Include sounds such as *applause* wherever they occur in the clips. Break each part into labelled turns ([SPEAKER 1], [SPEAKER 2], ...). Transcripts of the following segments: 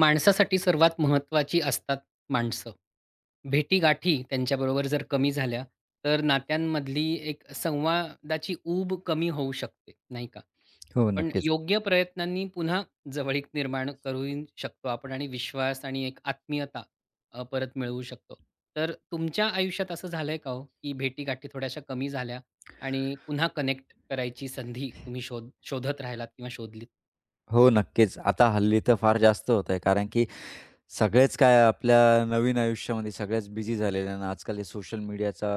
[SPEAKER 1] माणसासाठी सर्वात महत्त्वाची असतात माणसं. भेटीगाठी त्यांच्याबरोबर जर कमी झाल्या, तर नात्यांमधली एक संवादाची ऊब कमी होऊ शकते, नाही का?
[SPEAKER 2] हो,
[SPEAKER 1] पण
[SPEAKER 2] नक्कीच.
[SPEAKER 1] योग्य प्रयत्नांनी पुन्हा जवळीक निर्माण करू शकतो आपण आणि विश्वास आणि एक आत्मीयता परत मिळवू शकतो. तर तुमच्या आयुष्यात असं झालंय का हो, की भेटीगाठी थोड्याशा कमी झाल्या आणि पुन्हा कनेक्ट करायची संधी तुम्ही शोधत राहिलात किंवा शोधलीत?
[SPEAKER 2] हो, नक्कीच. आता हल्ली तर फार जास्त होतंय कारण की सगळेच काय आपल्या नवीन आयुष्यामध्ये सगळेच बिझी झालेले आहे आणि आजकाल हे सोशल मीडियाचा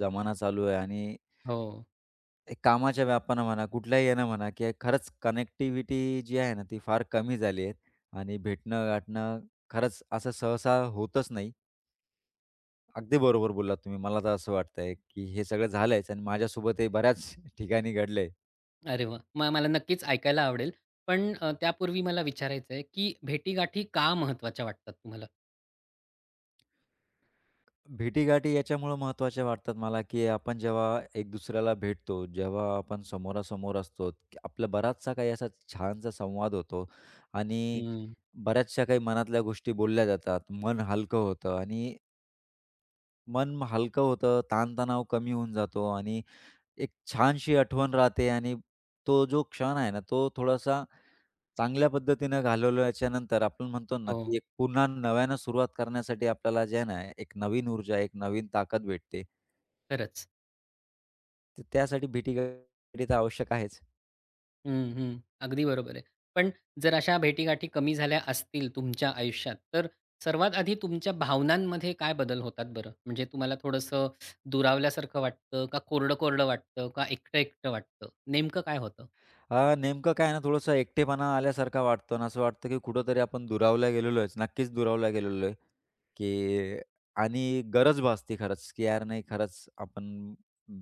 [SPEAKER 2] जमाना चालू आहे आणि
[SPEAKER 1] हो.
[SPEAKER 2] एक कामाच्या व्यापानं म्हणा, कुठल्याही यानं म्हणा, की खरंच कनेक्टिव्हिटी जी आहे ना, ती फार कमी झाली आहे आणि भेटणं-गाठणं खरंच असं सहसा होतच नाही. अगदी बरोबर बोललात तुम्ही. मला तर असं वाटतंय, की हे सगळं झालंयच आणि माझ्यासोबतही बऱ्याच ठिकाणी घडलंय.
[SPEAKER 1] अरे वा, मग मला नक्कीच ऐकायला आवडेल. पण त्यापूर्वी मला विचारायचं आहे, की भेटीगाठी का महत्त्वाच्या वाटतात तुम्हाला?
[SPEAKER 2] भेटीगाठी याच्यामुळं महत्त्वाच्या वाटतात मला, की आपण जेव्हा एक दुसऱ्याला भेटतो, जेव्हा आपण समोरासमोर असतो, की आपला बराचसा काही असा छानसा संवाद होतो आणि
[SPEAKER 1] हं.
[SPEAKER 2] बऱ्याचशा काही मनातल्या गोष्टी बोलल्या जातात. मन हलकं होतं आणि हलकं होतं, ताणतणाव कमी होऊन जातो आणि एक छानशी आठवण राहते आणि तो जो क्षण आहे ना, तो थोडासा चांगल्या पद्धतीनं घालवल्याच्यानंतर आपण म्हणतो ना,
[SPEAKER 1] हो,
[SPEAKER 2] की एक पुन्हा नव्यानं सुरुवात करण्यासाठी आपल्याला जे आहे ना, एक नवीन ऊर्जा, एक नवीन ताकद भेटते.
[SPEAKER 1] खरंच.
[SPEAKER 2] तर त्यासाठी भेटीगाठी तर आवश्यक आहेच.
[SPEAKER 1] हं, हं. अगदी बरोबर आहे. पण जर अशा भेटीगाठी कमी झाल्या असतील तुमच्या आयुष्यात, तर सर्वात आधी तुमच्या भावनांमध्ये काय बदल होतात बरं? म्हणजे तुम्हाला थोडंसं दुरावल्यासारखं वाटतं का कोरडं-कोरडं वाटतं का एकटं-एकटं वाटतं? नेमकं काय होतं?
[SPEAKER 2] नेमकं काय आहे ना, थोडंसं एकटेपणा आल्यासारखा वाटतो आणि असं वाटतं की कुठेतरी आपण दुरावला गेलेलो आहे. नक्कीच दुरावला गेलेलो आहे, की आणि गरज भासते खरंच, की यार नाही खरंच आपण म,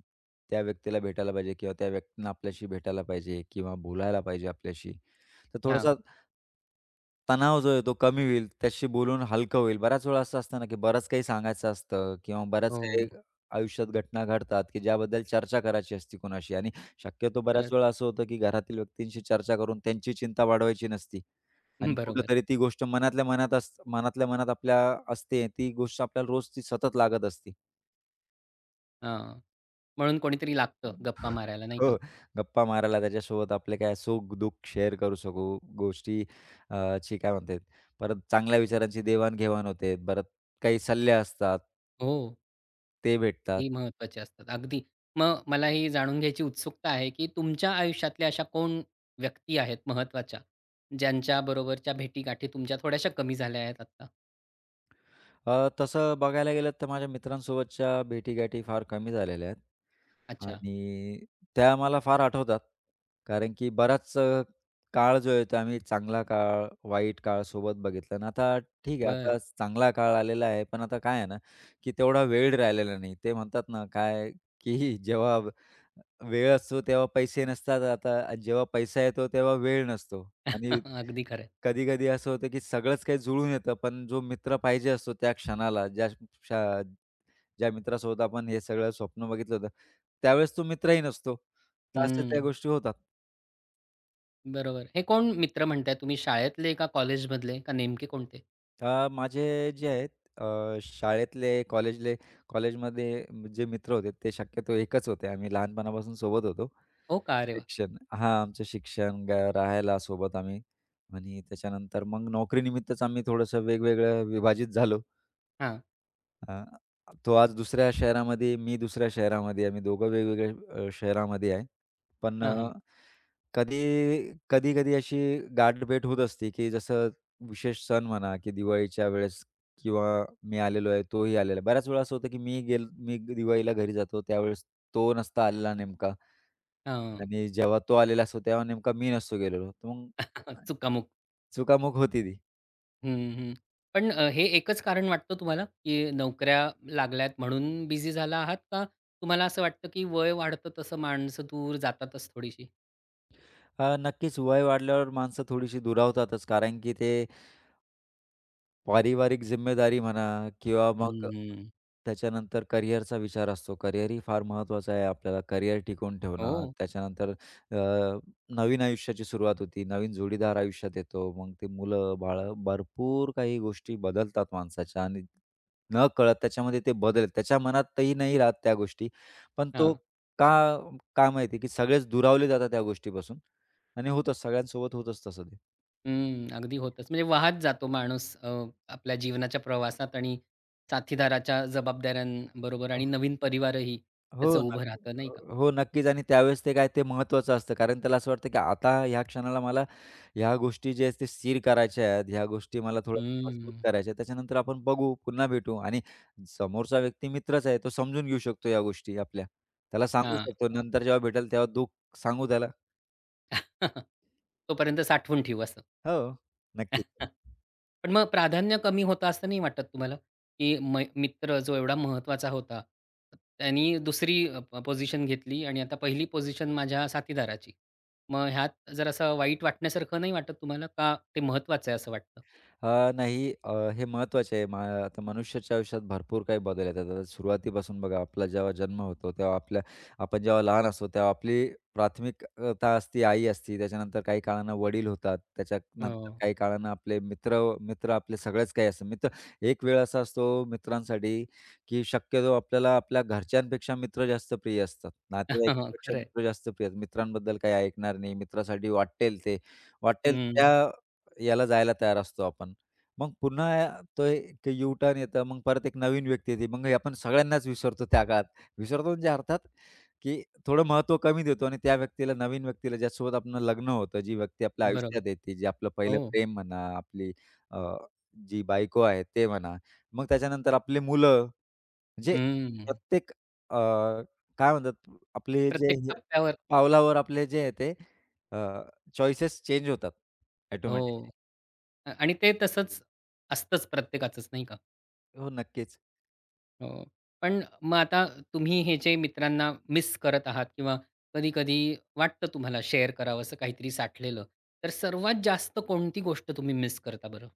[SPEAKER 2] त्या व्यक्तीला भेटायला पाहिजे किंवा त्या व्यक्तीनं आपल्याशी भेटायला पाहिजे किंवा बोलायला पाहिजे आपल्याशी. तर
[SPEAKER 1] हां.
[SPEAKER 2] थोडासा तणाव जो आहे तो कमी होईल, त्याच्याशी बोलून हलकं होईल. बऱ्याच वेळा असं असतं ना, की बरंच काही सांगायचं असतं किंवा बऱ्याच काही
[SPEAKER 1] हो.
[SPEAKER 2] आयुष्यात घटना घडतात, की ज्याबद्दल चर्चा करायची असते कोणाशी आणि शक्यतो बऱ्याच
[SPEAKER 1] खरंच.
[SPEAKER 2] वेळा असं होतं, की घरातील व्यक्तींशी चर्चा करून त्यांची चिंता वाढवायची नसती आणि
[SPEAKER 1] *laughs* बरोबर.
[SPEAKER 2] कुठेतरी ती गोष्ट मनातल्या मनात आपल्या असते. ती गोष्ट आपल्याला रोज ती सतत लागत असते.
[SPEAKER 1] हां. म्हणून कोणीतरी लागतं गप्पा मारायला नाही का?
[SPEAKER 2] हो, गप्पा मारायला त्याच्यासोबत आपले काय सुख-दुःख शेअर करू शकू. गोष्टी ची काय म्हणतात, परत चांगल्या विचारांची देवाण-घेवाण होते. परत काही सल्ले असतात.
[SPEAKER 1] हो.
[SPEAKER 2] ते भेटतात.
[SPEAKER 1] ही महत्त्वाचे असतात. अगदी. मग मला ही जाणून घ्यायची उत्सुकता आहे, की तुमच्या आयुष्यातल्या अशा कोण व्यक्ती आहेत महत्त्वाच्या, ज्यांच्याबरोबरच्या भेटीगाठी तुमच्या थोड्याशा कमी झाल्या आहेत आता?
[SPEAKER 2] तसं बघायला गेलं तर माझ्या मित्रांसोबतच्या भेटीगाठी फार कमी झालेल्या आहेत.
[SPEAKER 1] अच्छा.
[SPEAKER 2] आणि त्या मला फार आठवतात. कारण की बराच काळ जो आहे तो आम्ही चांगला काळ, वाईट काळ सोबत बघितला आणि आता ठीक आहे,
[SPEAKER 1] बरं.
[SPEAKER 2] आता चांगला काळ आलेला आहे. पण आता काय आहे ना, की तेवढा वेळ राहिलेला नाही. ते म्हणतात ना काय, की *laughs* जेव्हा वेळ असतो तेव्हा पैसे नसतात. आता जेव्हा पैसा येतो तेव्हा वेळ नसतो. आणि
[SPEAKER 1] *laughs* अगदी खरं आहे.
[SPEAKER 2] कधी-कधी असं होतं, की सगळंच काही जुळून येतं. पण जो मित्र पाहिजे असतो त्या क्षणाला, ज्या ज्या मित्रासोबत आपण हे सगळं स्वप्न बघितलं होतं, त्यावेळेस तो मित्रही नसतो. तर अशा त्या
[SPEAKER 1] हं.
[SPEAKER 2] गोष्टी होतात.
[SPEAKER 1] बरोबर. हे कोण मित्र म्हणताय तुम्ही शाळेतले का कॉलेजमधले का नेमके कोणते?
[SPEAKER 2] माझे जे आहेत शाळेतले, कॉलेजले कॉलेजमध्ये जे मित्र होते ते शक्यतो एकच होते. आम्ही लहानपणापासून सोबत होतो.
[SPEAKER 1] हो का? अरे वाह!
[SPEAKER 2] शिक्षण हां, आमचं शिक्षण, राहायला सोबत आम्ही आणि त्याच्यानंतर मग नोकरीनिमित्तच आम्ही थोडंसं वेगवेगळं विभाजित झालो.
[SPEAKER 1] हां.
[SPEAKER 2] अ, तो आज दुसऱ्या शहरामध्ये, मी दुसऱ्या शहरामध्ये आहे. आम्ही दोघं वेगवेगळ्या शहरामध्ये आहे. पण
[SPEAKER 1] हां, हां.
[SPEAKER 2] कधी कधी-कधी अशी गाठभेट होत असते, की जसं विशेष सण म्हणा, की दिवाळीच्या वेळेस किंवा मी आलेलो आहे, तोही आलेला आहे. बऱ्याच वेळा असं होतं, की मी दिवाळीला घरी जातो, त्यावेळेस तो नसता आलेला नेमका
[SPEAKER 1] हां.
[SPEAKER 2] आणि जेव्हा तो आलेला असतो, तेव्हा नेमका मी नसतो गेलेलो. तर मग
[SPEAKER 1] *laughs* चुकामुक.
[SPEAKER 2] चुकामुक होती ती.
[SPEAKER 1] हं, हं. पण हे एकच कारण वाटतं तुम्हाला, की नोकऱ्या लागल्यात म्हणून बिझी झाला आहात का तुम्हाला असं वाटतं, की वय वाढतं तसं माणसं दूर जातातच थोडीशी?
[SPEAKER 2] नक्कीच वय वाढल्यावर माणसं थोडीशी दुरावतातच कारण की ते पारिवारिक जिम्मेदारी म्हणा किंवा मग
[SPEAKER 1] हं.
[SPEAKER 2] त्याच्यानंतर करिअरचा विचार असतो. करिअरही फार महत्त्वाचा आहे आपल्याला. करिअर टिकवून ठेवणं.
[SPEAKER 1] हो.
[SPEAKER 2] त्याच्यानंतर नवीन आयुष्याची सुरुवात होती. नवीन जोडीदार आयुष्यात येतो. मग ते मुलं-बाळं भरपूर काही गोष्टी बदलतात माणसाच्या आणि न कळत त्याच्यामध्ये ते बदल त्याच्या मनातही नाही राहत त्या गोष्टी. पण तो
[SPEAKER 1] हां.
[SPEAKER 2] का काय माहिती की सगळेच दुरावले जातात त्या गोष्टीपासून आणि होतच सगळ्यांसोबत होतच तसं ते.
[SPEAKER 1] हं. अगदी होतंच. म्हणजे वाहत जातो माणूस आपल्या जीवनाच्या प्रवासात आणि साथीदाराच्या जबाबदाऱ्यांबरोबर आणि नवीन परिवारही त्याचं
[SPEAKER 2] हो,
[SPEAKER 1] उभं
[SPEAKER 2] नक्कीच.
[SPEAKER 1] राहतं नाही का?
[SPEAKER 2] हो, नक्कीच आणि त्यावेळेस ते काय ते महत्त्वाचं असतं. कारण त्याला असं वाटतं, की आता ह्या क्षणाला मला ह्या गोष्टी ज्या आहेत ते स्थिर करायच्या आहेत. ह्या गोष्टी मला थोड्या मजबूत
[SPEAKER 1] हं.
[SPEAKER 2] करायच्या आहेत. त्याच्यानंतर आपण बघू, पुन्हा भेटू आणि समोरचा व्यक्ती मित्रच आहे. तो समजून घेऊ शकतो या गोष्टी आपल्या. त्याला सांगू
[SPEAKER 1] हां.
[SPEAKER 2] शकतो. नंतर जेव्हा भेटेल तेव्हा दुःख सांगू त्याला.
[SPEAKER 1] *laughs* तोपर्यंत साठवून ठेवू असं.
[SPEAKER 2] हो, नक्कीच.
[SPEAKER 1] *laughs* पण मग प्राधान्य कमी होतं असं नाही वाटत तुम्हाला? की मै मित्र जो एवढा महत्त्वाचा होता, त्यांनी दुसरी पोझिशन घेतली आणि आता पहिली पोझिशन माझ्या साथीदाराची. मग ह्यात जरासं वाईट वाटण्यासारखं नाही वाटत तुम्हाला? का ते महत्त्वाचं आहे असं वाटतं?
[SPEAKER 2] नाही हे महत्त्वाचे आहे. आता मनुष्याच्या आयुष्यात भरपूर काही बदल येतात. आता सुरुवातीपासून बघा आपला जेव्हा जन्म होतो तेव्हा आपल्या आपण जेव्हा लहान असतो तेव्हा आपली प्राथमिकता असते आई असते. त्याच्यानंतर काही काळानं वडील होतात. त्याच्यानंतर
[SPEAKER 1] हो.
[SPEAKER 2] काही काळानं आपले मित्र मित्र आपले सगळेच काही असतात. मित्र एक वेळ असा असतो मित्रांसाठी, की शक्यतो आपल्याला आपल्या घरच्यांपेक्षा मित्र जास्त प्रिय असतात.
[SPEAKER 1] *laughs*
[SPEAKER 2] नातेवाईकांपेक्षा
[SPEAKER 1] खरं आहे.
[SPEAKER 2] मित्र जास्त प्रिय असतात. मित्रांबद्दल काही ऐकणार नाही. मित्रासाठी वाट्टेल ते वाट्टेल त्या याला जायला तयार असतो आपण. मग पुन्हा तो एक यू-टर्न येतं, मग परत एक नवीन व्यक्ती येते. मग हे आपण सगळ्यांनाच विसरतो त्या काळात. विसरतो म्हणजे अर्थात, की थोडं महत्त्व कमी देतो आणि त्या व्यक्तीला, नवीन व्यक्तीला ज्यासोबत आपलं लग्न होतं, जी व्यक्ती आपल्या
[SPEAKER 1] बरोबर.
[SPEAKER 2] आयुष्यात येते, जी आपलं पहिलं
[SPEAKER 1] हो.
[SPEAKER 2] प्रेम म्हणा, आपली अ, जी बायको आहे ते म्हणा, मग त्याच्यानंतर आपली मुलं, म्हणजे
[SPEAKER 1] हं.
[SPEAKER 2] प्रत्येक अ, काय म्हणतात आपले जे
[SPEAKER 1] प्रत्येक
[SPEAKER 2] हे
[SPEAKER 1] टप्प्यावर.
[SPEAKER 2] पावलावर आपले जे आहे ते चॉईसेस चेंज होतात ऑटोमॅटिकली.
[SPEAKER 1] हो. अ आणि ते तसंच असतंच प्रत्येकाचंच नाही का?
[SPEAKER 2] हो, नक्कीच.
[SPEAKER 1] हो. पण मग आता तुम्ही हे जे मित्रांना मिस करत आहात किंवा कधी-कधी वाटतं तुम्हाला शेअर करावंसं काहीतरी साठलेलं. तर सर्वात जास्त कोणती गोष्ट तुम्ही मिस करता बरं?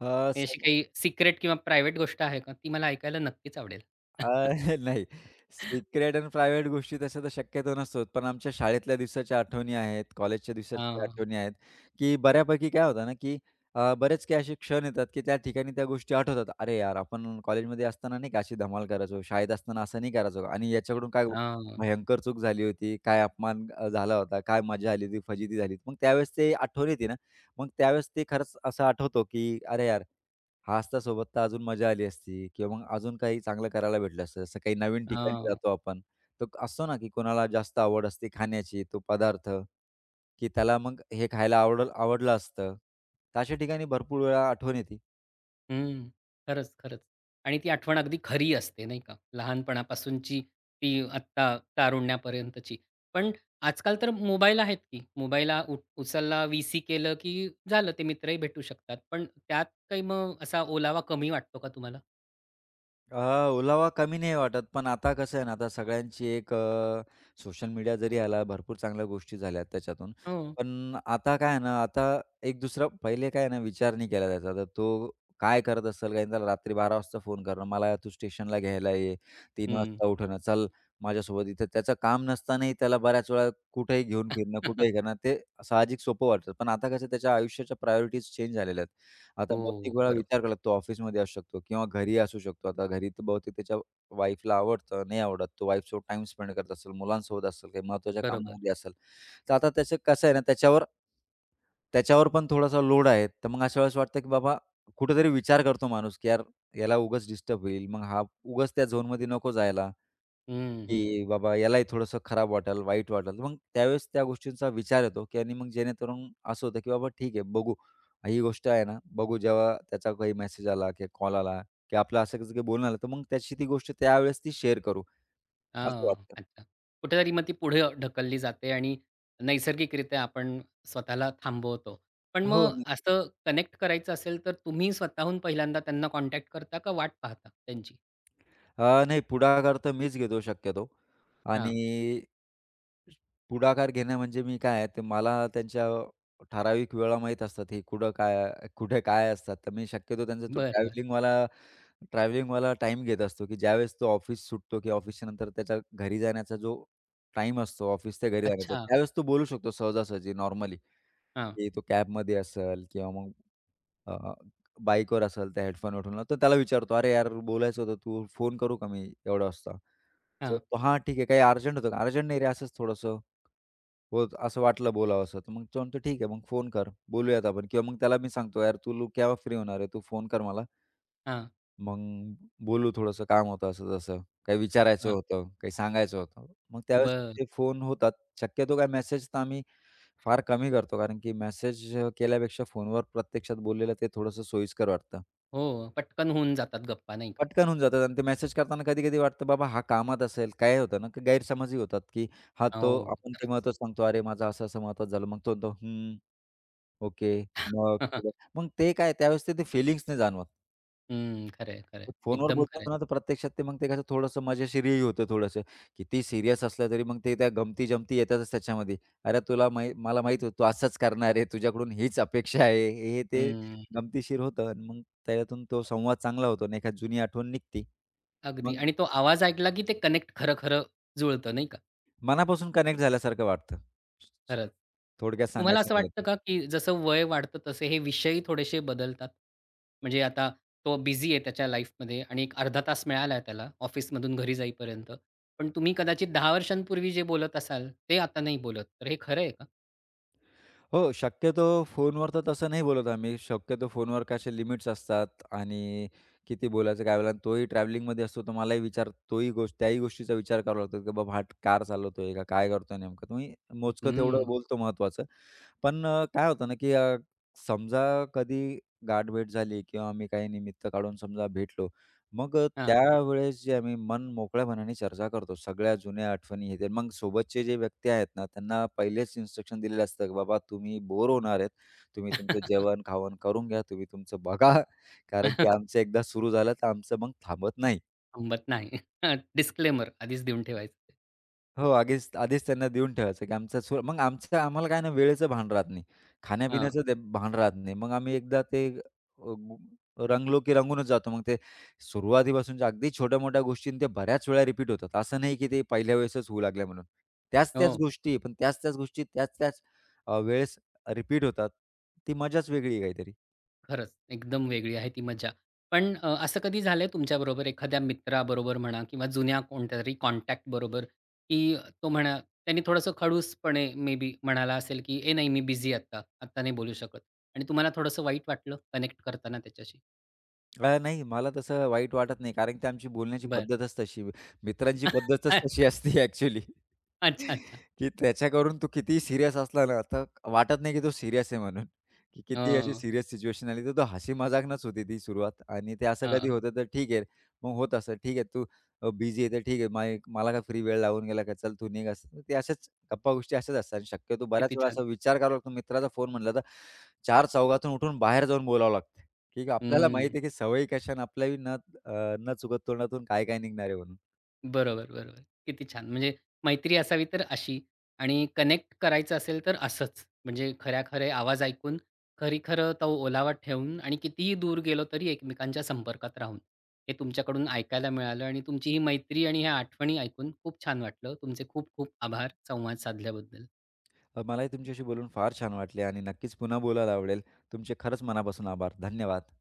[SPEAKER 2] अ, स
[SPEAKER 1] म्हणजे अशी काही सिक्रेट किंवा प्रायव्हेट गोष्ट आहे का? ती मला ऐकायला नक्कीच आवडेल.
[SPEAKER 2] अ,
[SPEAKER 1] *laughs*
[SPEAKER 2] *laughs* नाही. सिक्रेट आणि प्रायव्हेट गोष्टी तशा तर शक्यतो नसतोच. पण आमच्या शाळेतल्या दिवसाच्या आठवणी आहेत, कॉलेजच्या
[SPEAKER 1] हां,
[SPEAKER 2] दिवसाच्या
[SPEAKER 1] हां.
[SPEAKER 2] आठवणी आहेत, की बऱ्यापैकी काय होतं ना, की बरेच काही असे क्षण येतात, की त्या ठिकाणी त्या गोष्टी आठवतात. "अरे यार, आपण कॉलेजमध्ये असताना नाही का अशी धमाल करायचो, शाळेत असताना असं नाही करायचो का? आणि याच्याकडून काय
[SPEAKER 1] हां,
[SPEAKER 2] भयंकर चूक झाली होती, काय अपमान झाला होता, काय मजा आली होती, फजिती झाली." होती. मग त्यावेळेस ते आठवण येते ना, मग त्यावेळेस ते खरंच असं आठवतो, की "अरे यार." हास्तासोबत तर अजून मजा आली असती किंवा मग अजून काही चांगलं करायला भेटलं असतं. जसं काही नवीन ठिकाणी जातो आपण, तर असतो ना, की कोणाला जास्त आवड असते खाण्याची, तो पदार्थ, की त्याला मग हे खायला आवडलं असतं. तर अशा ठिकाणी भरपूर वेळा आठवण येते.
[SPEAKER 1] हं. खरंच, खरंच. आणि ती आठवण अगदी खरी असते नाही का? लहानपणापासूनची ती आत्ता तारुण्यापर्यंतची. पण आजकाल तर मोबाईल आहेत की मोबाईलला उचलला, व्हीसी केलं की झालं ते मित्रही भेटू शकतात. पण त्यात काही मग असा ओलावा कमी वाटतो का तुम्हाला?
[SPEAKER 2] अ, ओलावा कमी नाही वाटत, पण आता कसं आहे ना, आता सगळ्यांची एक सोशल मीडिया जरी आला, भरपूर चांगल्या गोष्टी झाल्या त्याच्यातून.
[SPEAKER 1] हो.
[SPEAKER 2] पण आता काय आहे ना, आता एक दुसरा पहिले काय आहे ना, विचार नाही केला जायचा. आता तो काय करत असेल काय? त्याला रात्री बारा वाजता फोन करणं, "मला तू स्टेशनला घ्यायला ये." 3
[SPEAKER 1] हं.
[SPEAKER 2] वाजता उठणं, "चल माझ्यासोबत इथं." त्याचं काम नसतानाही त्याला बऱ्याच वेळा कुठेही घेऊन फिरणं, कुठेही
[SPEAKER 1] *laughs*
[SPEAKER 2] करणं, ते साहजिक सोपं वाटतं. पण आता कसं त्याच्या आयुष्याच्या प्रायोरिटीज चेंज झालेल्या आहेत. आता
[SPEAKER 1] हो.
[SPEAKER 2] बहुतेक वेळा
[SPEAKER 1] बरोबर.
[SPEAKER 2] विचार करावा लागतो, ऑफिसमध्ये असू शकतो किंवा घरी असू शकतो. आता घरी तर बहुतेक त्याच्या वाईफला आवडतं, नाही आवडत. तो वाईफसोबत टाईम स्पेंड करत असेल, मुलांसोबत असेल, काही महत्त्वाच्या
[SPEAKER 1] बरोबर.
[SPEAKER 2] कामामध्ये असेल. तर आता त्याचं कसं आहे ना, त्याच्यावर त्याच्यावर पण थोडासा लोड आहे. तर मग अशा वेळेस वाटतं, की बाबा कुठेतरी विचार करतो माणूस, की यार याला उगाच डिस्टर्ब होईल. मग हा उगाच त्या झोनमध्ये नको जायला.
[SPEAKER 1] हं, हं.
[SPEAKER 2] की बाबा यालाही थोडंसं खराब वाटेल, वाईट वाटेल. मग त्यावेळेस त्या गोष्टींचा विचार येतो, की आणि मग जेणेकरून असं होतं, की बाबा ठीक आहे बघू. ही गोष्ट आहे ना, बघू जेव्हा त्याचा काही मेसेज आला किंवा कॉल आला किंवा आपलं असं कसं काही बोलणं आलं, तर मग त्याची ती गोष्ट त्यावेळेस ती शेअर करू, असं
[SPEAKER 1] हां,
[SPEAKER 2] वाटतं.
[SPEAKER 1] अच्छा. कुठेतरी मग ती पुढे ढकलली जाते आणि नैसर्गिकरित्या आपण स्वतःला थांबवतो. पण
[SPEAKER 2] हो,
[SPEAKER 1] मग
[SPEAKER 2] नक्कीच.
[SPEAKER 1] असं कनेक्ट करायचं असेल, तर तुम्ही स्वतःहून पहिल्यांदा त्यांना कॉन्टॅक्ट करता का वाट पाहता त्यांची?
[SPEAKER 2] नाही पुढाकार तर मीच घेतो शक्यतो आणि
[SPEAKER 1] हां,
[SPEAKER 2] पुढाकार घेणं म्हणजे मी काय आहे, ते मला त्यांच्या ठराविक वेळा माहीत असतात, हे कुठं काय कुठे काय असतात. तर मी शक्यतो त्यांचा तो
[SPEAKER 1] बरं, बरं.
[SPEAKER 2] ट्रॅव्हलिंगवाला ट्रॅव्हलिंगवाला टाईम घेत असतो, की ज्यावेळेस तो ऑफिस सुटतो किंवा ऑफिसच्या नंतर त्याच्या घरी जाण्याचा जो टाईम असतो, ऑफिस ते घरी जाण्याचा,
[SPEAKER 1] अच्छा.
[SPEAKER 2] त्यावेळेस तो बोलू शकतो सहजासहजी नॉर्मली,
[SPEAKER 1] हां,
[SPEAKER 2] की तो कॅबमध्ये असेल किंवा मग अ, बाईकवर असेल, त्या हेडफोन उठवला, तर त्याला विचारतो, "अरे यार, बोलायचं होतं, तू फोन करू का मी एवढ्या वाजता?" तो
[SPEAKER 1] हां,
[SPEAKER 2] म्हणतो, "हां, ठीक आहे. काही अर्जंट होतं का?" "अर्जंट नाही रे, असंच थोडंसं होत असं वाटलं बोलावसं." तर मग तो म्हणतो, "ठीक आहे, मग फोन कर, बोलूयात आपण." किंवा मग त्याला मी सांगतो, "यार, तू केव्हा फ्री होणार आहे? तू फोन कर मला,
[SPEAKER 1] हां,
[SPEAKER 2] मग बोलू, थोडंसं काम होतं असं-तसं, काही विचारायचं
[SPEAKER 1] हां.
[SPEAKER 2] होतं, काही सांगायचं होतं." मग त्यावेळेस
[SPEAKER 1] बरं.
[SPEAKER 2] ते फोन होतात. शक्यतो काय मेसेज तर आम्ही फार कमी करतो, कारण की मेसेज केल्यापेक्षा फोनवर प्रत्यक्षात बोललेलं ते थोडंसं सोयीस्कर वाटतं.
[SPEAKER 1] हो, पटकन होऊन जातात गप्पा नाही का?
[SPEAKER 2] पटकन होऊन जातात आणि ते मेसेज करताना कधी-कधी वाटतं बाबा हा कामात असेल. काय होतं ना, की गैरसमजही होतात, की हा तो
[SPEAKER 1] हो,
[SPEAKER 2] आपण ते
[SPEAKER 1] खरंच.
[SPEAKER 2] महत्त्व सांगतो, "अरे माझं असं-असं महत्त्वाचं झालं." मग तो म्हणतो, "हं, ओके." मग पुढं
[SPEAKER 1] *laughs*
[SPEAKER 2] मग ते काय त्यावेळेस ते फिलिंग्स नाही जाणवत.
[SPEAKER 1] हं, खरं आहे,
[SPEAKER 2] पण फोनवर
[SPEAKER 1] एकदम
[SPEAKER 2] बोलतो
[SPEAKER 1] खरं
[SPEAKER 2] ना, तर
[SPEAKER 1] आहे.
[SPEAKER 2] प्रत्यक्षात ते मग ते कसं थोडंसं मजेशीरही होतं थोडंसं. किती सीरियस असलं तरी मग ते त्या गमती-जमती येतातच त्याच्यामध्ये. "अरे तुला माही मला माहीत होतं तू असंच करणार आहे. तुझ्याकडून हीच अपेक्षा आहे." हे ते गमतीशीर होतं आणि मग त्याच्यातून तो संवाद चांगला होतो आणि एखादी जुनी आठवण निघते.
[SPEAKER 1] अगदी
[SPEAKER 2] मग
[SPEAKER 1] आणि तो आवाज ऐकला की ते कनेक्ट खरं-खरं जुळतं नाही का?
[SPEAKER 2] मनापासून कनेक्ट झाल्यासारखं वाटतं.
[SPEAKER 1] खरंच.
[SPEAKER 2] थोडक्यात
[SPEAKER 1] तुम्हाला
[SPEAKER 2] सांगायचं
[SPEAKER 1] असं
[SPEAKER 2] म्हणलं
[SPEAKER 1] वाटतं
[SPEAKER 2] तर.
[SPEAKER 1] का, की जसं वय वाढतं तसे हे विषयही थोडेसे बदलतात? म्हणजे आता तो बिझी आहे त्याच्या लाईफमध्ये आणि एक अर्धा तास मिळाला आहे त्याला ऑफिसमधून घरी जाईपर्यंत. पण तुम्ही कदाचित 10 वर्षांपूर्वी जे बोलत असाल, ते आता नाही बोलत. तर हे खरं आहे का?
[SPEAKER 2] हो, शक्यतो फोनवर तर तसं नाही बोलत आम्ही. शक्यतो फोनवर कसे लिमिट्स असतात आणि किती बोलायचं काय बोलायचं. तोही ट्रॅव्हलिंगमध्ये असतो, तर मलाही विचार तोही गोष्ट त्याही गोष्टीचा विचार करावा लागतो, की बाबा हा कार चालवतोय का काय करतोय नेमकं? तुम्ही मोजकं तेवढं
[SPEAKER 1] हम्म.
[SPEAKER 2] बोलतो महत्त्वाचं. पण काय होतं ना, की समजा कधी गाठभेट झाली किंवा आम्ही काही निमित्त काढून समजा भेटलो, मग
[SPEAKER 1] हां.
[SPEAKER 2] त्यावेळेस जे आम्ही मन मोकळ्यापणाने चर्चा करतो. सगळ्या जुन्या आठवणी हे ते. मग सोबतचे जे व्यक्ती आहेत ना, त्यांना पहिलेच इन्स्ट्रक्शन दिलेलं असतं, की बाबा तुम्ही बोर होणार आहेत. तुम्ही तुमचं जेवण-खावण करून घ्या. तुम्ही तुमचं बघा. कारण की
[SPEAKER 1] *laughs*
[SPEAKER 2] आमचं एकदा सुरू झालं, तर आमचं मग थांबत नाही.
[SPEAKER 1] थांबत नाही. *laughs* डिस्क्लेमर आधीच देऊन ठेवायचं
[SPEAKER 2] हो, आधीच त्यांना देऊन ठेवायचं, की आमचा सो मग आमचं आम्हाला काय ना वेळेचं भान राहत नाही.
[SPEAKER 1] हां.
[SPEAKER 2] खाण्यापिण्याचं ते भान राहत नाही. मग आम्ही एकदा ते गु- रंगलो की रंगूनच जातो. मग ते सुरुवातीपासूनच्या अगदी छोट्या-मोठ्या गोष्टी ते बऱ्याच वेळा रिपीट होतात. असं नाही की ते पहिल्या वेळेसच होऊ लागल्या म्हणून. त्याच-त्याच
[SPEAKER 1] हो.
[SPEAKER 2] गोष्टी, पण त्याच-त्याच गोष्टी त्याच-त्याच वेळेस रिपीट होतात. ती मजाच वेगळी आहे काहीतरी.
[SPEAKER 1] खरंच, एकदम वेगळी आहे ती मजा. पण असं कधी झालंय तुमच्याबरोबर एखाद्या मित्राबरोबर म्हणा किंवा जुन्या कोणत्यातरी कॉन्टॅक्ट बरोबर, की तो म्हणा त्याने थोडंसं खडूसपणे मे बी म्हणाला असेल, की "ए नाही मी बिझी आता, आता नाही बोलू शकत." आणि तुम्हाला थोडंसं वाईट वाटलं कनेक्ट करताना त्याच्याशी?
[SPEAKER 2] नाही मला तसं वाईट वाटत नाही कारण की आमची बोलण्याची
[SPEAKER 1] बरं.
[SPEAKER 2] पद्धतच तशी, मित्रांची पद्धतच तशी
[SPEAKER 1] *laughs*
[SPEAKER 2] असते ॲक्चुअली.
[SPEAKER 1] अच्छा, अच्छा.
[SPEAKER 2] की त्याच्याकरून तू कितीही सीरियस असला ना, तर वाटत नाही की तो सीरियस आहे म्हणून, की किती अशी
[SPEAKER 1] हो.
[SPEAKER 2] सीरियस सिच्युएशन आली, तर तो हसी मजाकनंच होती ती सुरुवात आणि ते असं कधी
[SPEAKER 1] हां.
[SPEAKER 2] होतं तर ठीक आहे. मग होत असं, ठीक आहे तू बिझी आहे तर ठीक आहे. मला काय फ्री वेळ लागून गेला का चल तू निघ असं. ते अशाच गप्पा-गोष्टी अशाच असतात आणि शक्यतो बऱ्याच
[SPEAKER 1] किती
[SPEAKER 2] वेळा
[SPEAKER 1] छान.
[SPEAKER 2] असा विचार करावा लागतो. मित्राचा फोन म्हटला तर चार चौघातून उठून बाहेर जाऊन बोलावं लागतं, की आपल्याला माहिती आहे की सवयी कशा आणि आपल्याही न चुकत तोंडातून काय काय निघणार आहे म्हणून.
[SPEAKER 1] बरोबर, बरोबर. किती छान! म्हणजे मैत्री असावी तर अशी आणि कनेक्ट करायचं असेल तर असंच. म्हणजे खऱ्या-खरे आवाज ऐकून, खरी-खरं तो ओलावा ठेवून आणि कितीही दूर गेलो तरी एकमेकांच्या संपर्कात राहून. हे तुमच्याकडून ऐकायला मिळालं आणि तुमची ही मैत्री आणि ह्या आठवणी ऐकून खूप छान वाटलं. तुमचे खूप खूप आभार संवाद साधल्याबद्दल.
[SPEAKER 2] मलाही तुमच्याशी बोलून फार छान वाटले आणि नक्कीच पुन्हा बोलायला आवडेल. तुमचे खरंच मनापासून आभार. धन्यवाद.